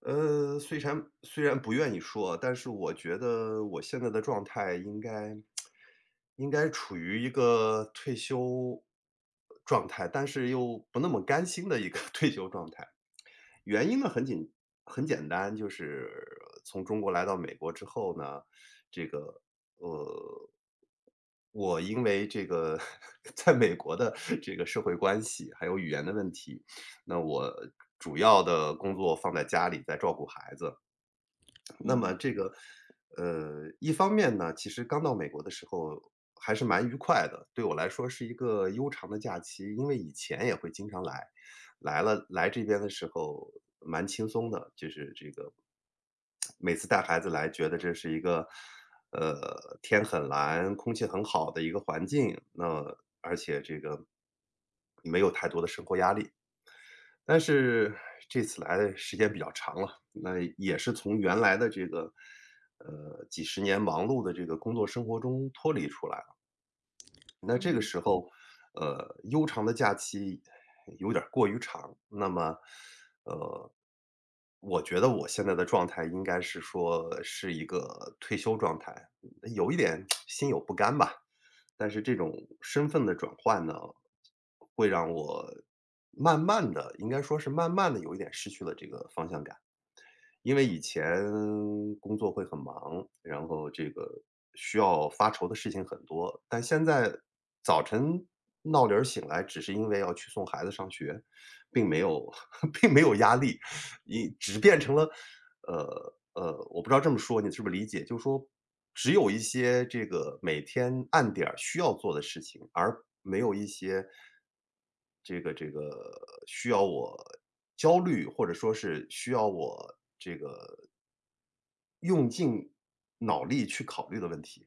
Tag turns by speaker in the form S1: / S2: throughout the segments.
S1: 虽然不愿意说，但是我觉得我现在的状态应该处于一个退休状态，但是又不那么甘心的一个 退休状态。原因呢很简单，就是从中国来到美国之后呢，这个，呃，我因为这个 在美国的这个社会关系，还有语言的问题，那我主要的工作放在家里，在照顾孩子。那么
S2: 哦，
S1: 这个，一方面呢，其实刚到美国的时候还是蛮愉快的，对我来说是一个悠长的假期，因为以前也会经常来，来这边的时候蛮轻松的，就是这个每次带孩子来，觉得这是一个，天很蓝，空气很好的一个环境，那而且这个没有太多的生活压力。但是这次来的时间比较长了，那也是从原来的这个，几十年忙碌的这个工作生活中脱离出来。那这个
S2: 哦，
S1: 时候，悠长的假期有点儿过于长，那么，呃，我觉得我现在的状态应该是说是一个退休状态，嗯有一点心有不甘吧。但是这种身份的转换呢，会让我慢慢的，应该说是慢慢的有一点失去了这个方向感。因为以前工作会很忙，然后这个需要发愁的事情很多，但现在早晨闹铃儿醒来，只是因为要去送孩子上学，并没有 并没有压力，你只变成了，我不知道这么说你是不是理解，就是说只有一些这个每天按点儿需要做的事情，而没有一些这个需要我焦虑，或者说是需要我这个用尽脑力去考虑的问题。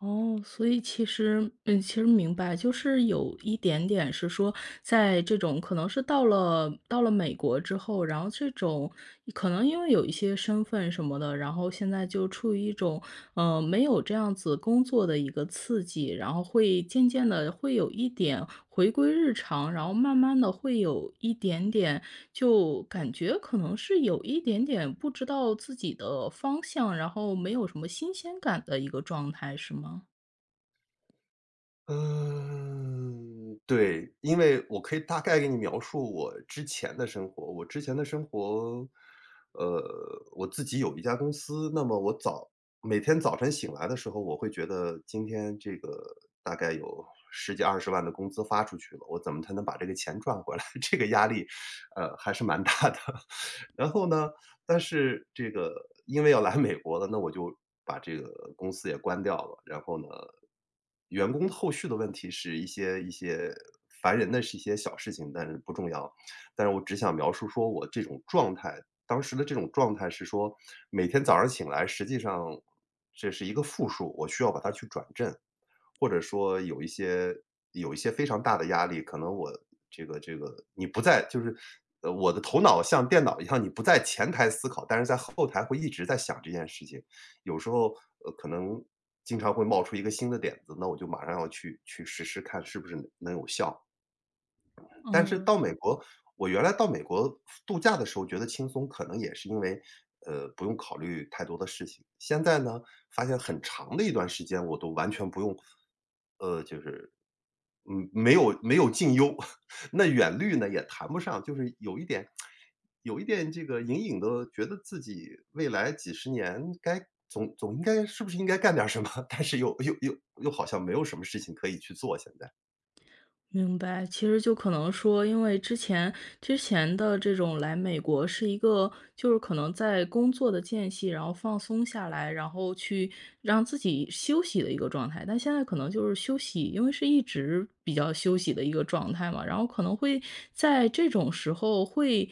S2: 哦，所以其实嗯，其实明白，就是有一点点是说，在这种可能是到了美国之后，然后这种可能因为有一些身份什么的，然后现在就处于一种嗯，没有这样子工作的一个刺激，然后会渐渐的会有一点回归日常，然后慢慢的会有一点点就感觉可能是有一点点不知道自己的方向，然后没有什么新鲜感的一个状态，是吗？
S1: 嗯，对，因为我可以大概给你描述我之前的生活。我之前的生活，呃，我自己有一家公司，那么每天早晨醒来的时候，我会觉得今天这个大概有十几二十万的工资发出去了，我怎么才能把这个钱赚回来？这个压力，还是蛮大的。然后呢，但是这个因为要来美国了，那我就把这个公司也关掉了。然后呢，员工后续的问题是一些烦人的是一些小事情，但是不重要。但是我只想描述说我这种状态，当时的这种状态是说，每天早上醒来，实际上这是一个负数，我需要把它去转正。或者说有一些非常大的压力，可能我这个你不在就是我的头脑像电脑一样，你不在前台思考，但是在后台会一直在想这件事情。有时候，可能经常会冒出一个新的点子，那我就马上要去实施看是不是能有效。但是
S2: 嗯。
S1: 到美国，我原来到美国度假的时候觉得轻松，可能也是因为，不用考虑太多的事情。现在呢，发现很长的一段时间我都完全不用，就是嗯，没有近忧，那远虑呢也谈不上，就是有一点这个隐隐的觉得自己未来几十年该总应该是不是应该干点什么，但是又好像没有什么事情可以去做现在。
S2: 明白，其实就可能说，因为之前的这种来美国是一个，就是可能在工作的间隙，然后放松下来，然后去让自己休息的一个状态。但现在可能就是休息，因为是一直比较休息的一个状态嘛，然后可能会在这种时候会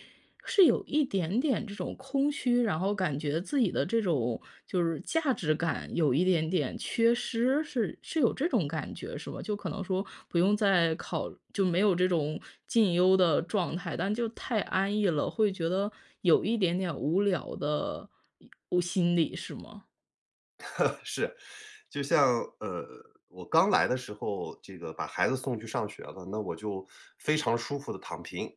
S2: 是有一点点这种空虚，然后感觉自己的这种就是价值感有一点点缺失，是有这种感觉是吗？就可能说不用再考就没有这种进优的状态，但就太安逸了，会觉得有一点点无聊的，我心理是吗？
S1: 是，就像我刚来的时候，这个把孩子送去上学了，那我就非常舒服的躺平，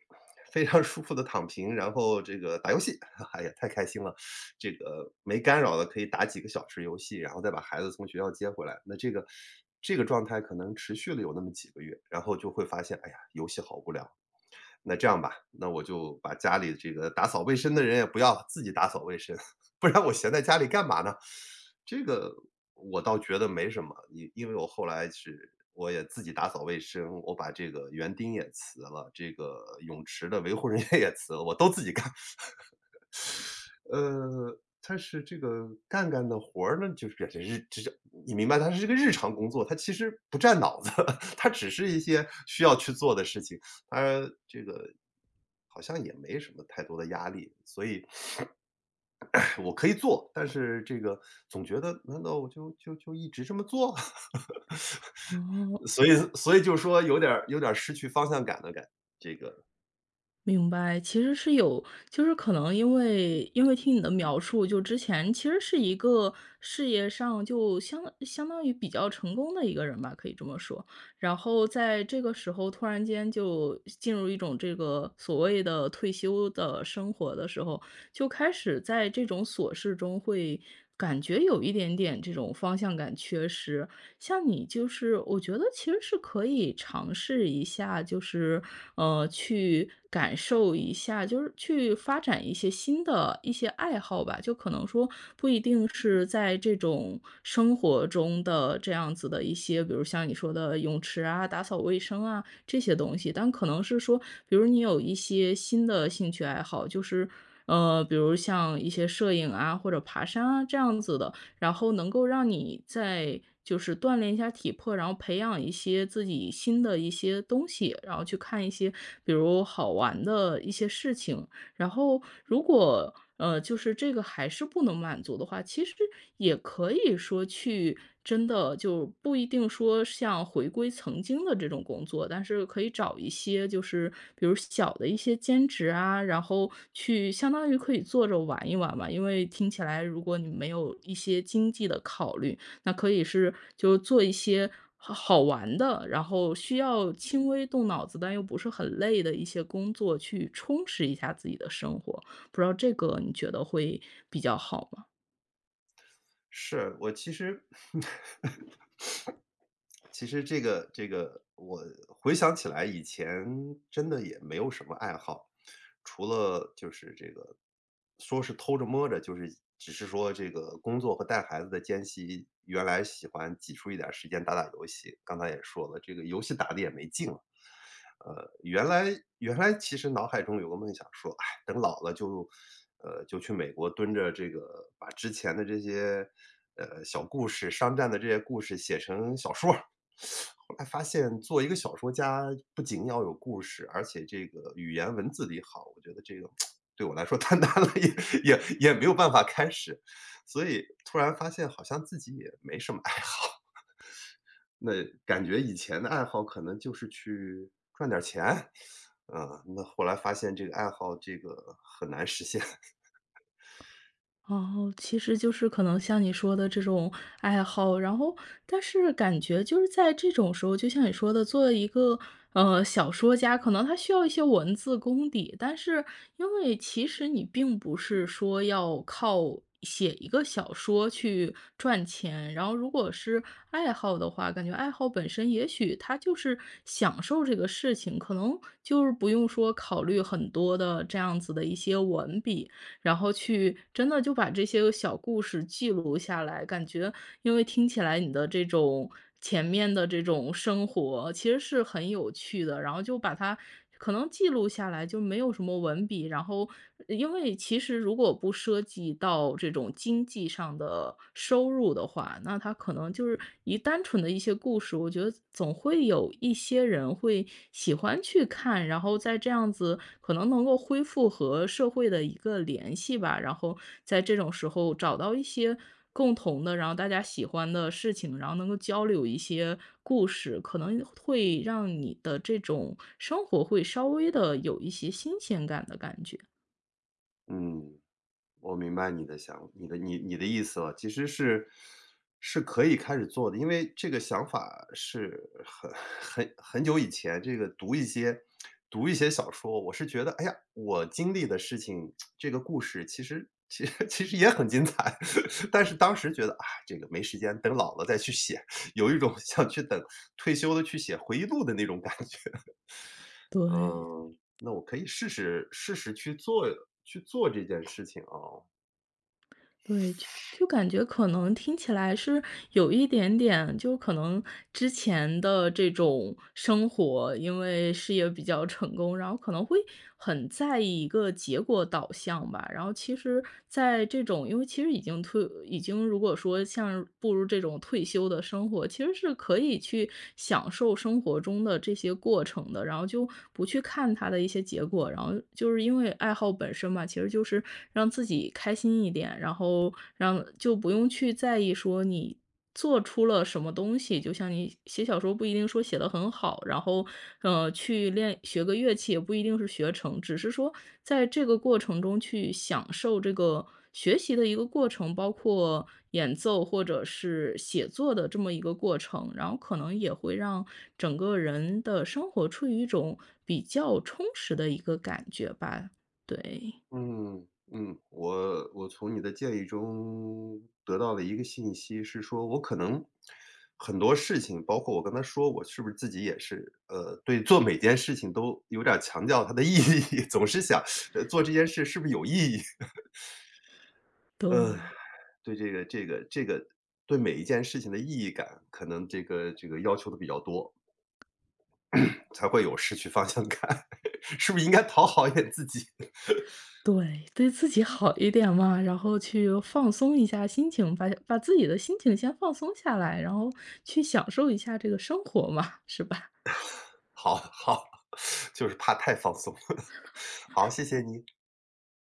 S1: 非常舒服的躺平，然后这个打游戏，哎呀，太开心了，这个没干扰的可以打几个小时游戏，然后再把孩子从学校接回来。那这个这个状态可能持续了有那么几个月，然后就会发现，哎呀，游戏好无聊，那这样吧，那我就把家里这个打扫卫生的人也不要了自己打扫卫生，不然我闲在家里干嘛呢？这个我倒觉得没什么，因为我后来是我也自己打扫卫生，我把这个园丁也辞了，这个泳池的维护人员也辞了，我都自己干。呃，但是这个干的活儿呢，就是这是你明白它是一个日常工作，它其实不占脑子，它只是一些需要去做的事情，它这个好像也没什么太多的压力，所以 我可以做，但是这个总觉得难道我就一直这么做？
S2: 哦。
S1: 所以就说有点儿失去方向感的感这个
S2: 明白，其实是有，就是可能因为听你的描述，就之前其实是一个事业上就相当于比较成功的一个人吧，可以这么说。然后在这个时候突然间就进入一种这个所谓的退休的生活的时候，就开始在这种琐事中会感觉有一点点这种方向感缺失，像你就是我觉得其实是可以尝试一下，就是，去感受一下，就是去发展一些新的一些爱好吧。就可能说不一定是在这种生活中的这样子的一些，比如像你说的泳池啊、打扫卫生啊这些东西，但可能是说，比如你有一些新的兴趣爱好，就是，比如像一些摄影啊，或者爬山啊这样子的。然后能够让你在就是锻炼一下体魄，然后培养一些自己新的一些东西，然后去看一些比如好玩的一些事情，然后如果，就是这个还是不能满足的话，其实也可以说去真的就不一定说像回归曾经的这种工作，但是可以找一些就是比如小的一些兼职啊，然后去相当于可以坐着玩一玩嘛。因为听起来如果你没有一些经济的考虑，那可以是就做一些好好玩的，然后需要轻微动脑子，但又不是很累的一些工作，去充实一下自己的生活。不知道这个你觉得会比较好吗？
S1: 是，我其实 其实这个，我回想起来以前真的也没有什么爱好，除了就是这个，说是偷着摸着，就是只是说这个工作和带孩子的间隙，原来喜欢挤出一点儿时间打打游戏。刚才也说了，这个游戏打的也没劲了。呃，原来原来其实脑海中有个梦想说，等老了就，就去美国蹲着这个把之前的这些，小故事，商战的这些故事写成小说儿。后来发现做一个小说家，不仅要有故事，而且这个语言文字得好，我觉得这个对我来说太难了，也没有办法开始。所以突然发现好像自己也没什么爱好。那感觉以前的爱好可能就是去赚点儿钱，嗯，那后来发现这个爱好这个很难实现，
S2: 哦，其实就是可能像你说的这种爱好，然后但是感觉就是在这种时候，就像你说的，作为一个小说家，可能他需要一些文字功底，但是因为其实你并不是说要靠写一个小说去赚钱，然后如果是爱好的话，感觉爱好本身也许他就是享受这个事情，可能就是不用说考虑很多的这样子的一些文笔。然后去真的就把这些小故事记录下来。感觉因为听起来你的这种前面的这种生活其实是很有趣的，然后就把它可能记录下来，就没有什么文笔。然后因为其实如果不涉及到这种经济上的收入的话，那它可能就是以单纯的一些故事，我觉得总会有一些人会喜欢去看，然后在这样子可能能够恢复和社会的一个联系吧，然后在这种时候找到一些共同的，然后大家喜欢的事情，然后能够交流一些故事，可能会让你的这种生活会稍微的有一些新鲜感的感觉。
S1: 嗯。我明白你的你的意思了，其实是是可以开始做的，因为这个想法是很很久以前，这个读一些小说，我是觉得，哎呀，我经历的事情，这个故事其实也很精彩，但是当时觉得，啊，这个没时间，等老了再去写，有一种 想去等退休的去写回忆录的那种感觉。
S2: 对，
S1: 嗯，那我可以试试去做这件事情啊。
S2: 对，就感觉可能听起来是有一点点，就可能之前的这种生活，因为事业比较成功，然后可能会很在意一个结果导向吧。然后其实在这种，因为其实已经退，已经如果说像步入这种退休的生活，其实是可以去享受生活中的这些过程的，然后就不去看它的一些结果，然后就是因为爱好本身嘛，其实就是让自己开心一点，然后让就不用去在意说你做出了什么东西。就像你写小说不一定说写得很好，然后，去练学个乐器也不一定是学成，只是说在这个过程中去享受这个学习的一个过程，包括演奏或者是写作的这么一个过程，然后可能也会让整个人的生活处于一种比较充实的一个感觉吧，对。
S1: 嗯我从你的建议中得到了一个信息，是说我可能很多事情，包括我跟他说，我是不是自己也是，对做每件事情都有点儿强调它的意义，总是想，做这件事是不是有意义？
S2: 对。
S1: 呃，对这个对每一件事情的意义感，可能这个要求的比较多，才会有失去方向感，是不是应该讨好一点自己？
S2: 对，对自己好一点嘛，然后去放松一下心情，把自己的心情先放松下来，然后去享受一下这个生活嘛，是吧？
S1: 好好，就是怕太放松。好，谢谢你。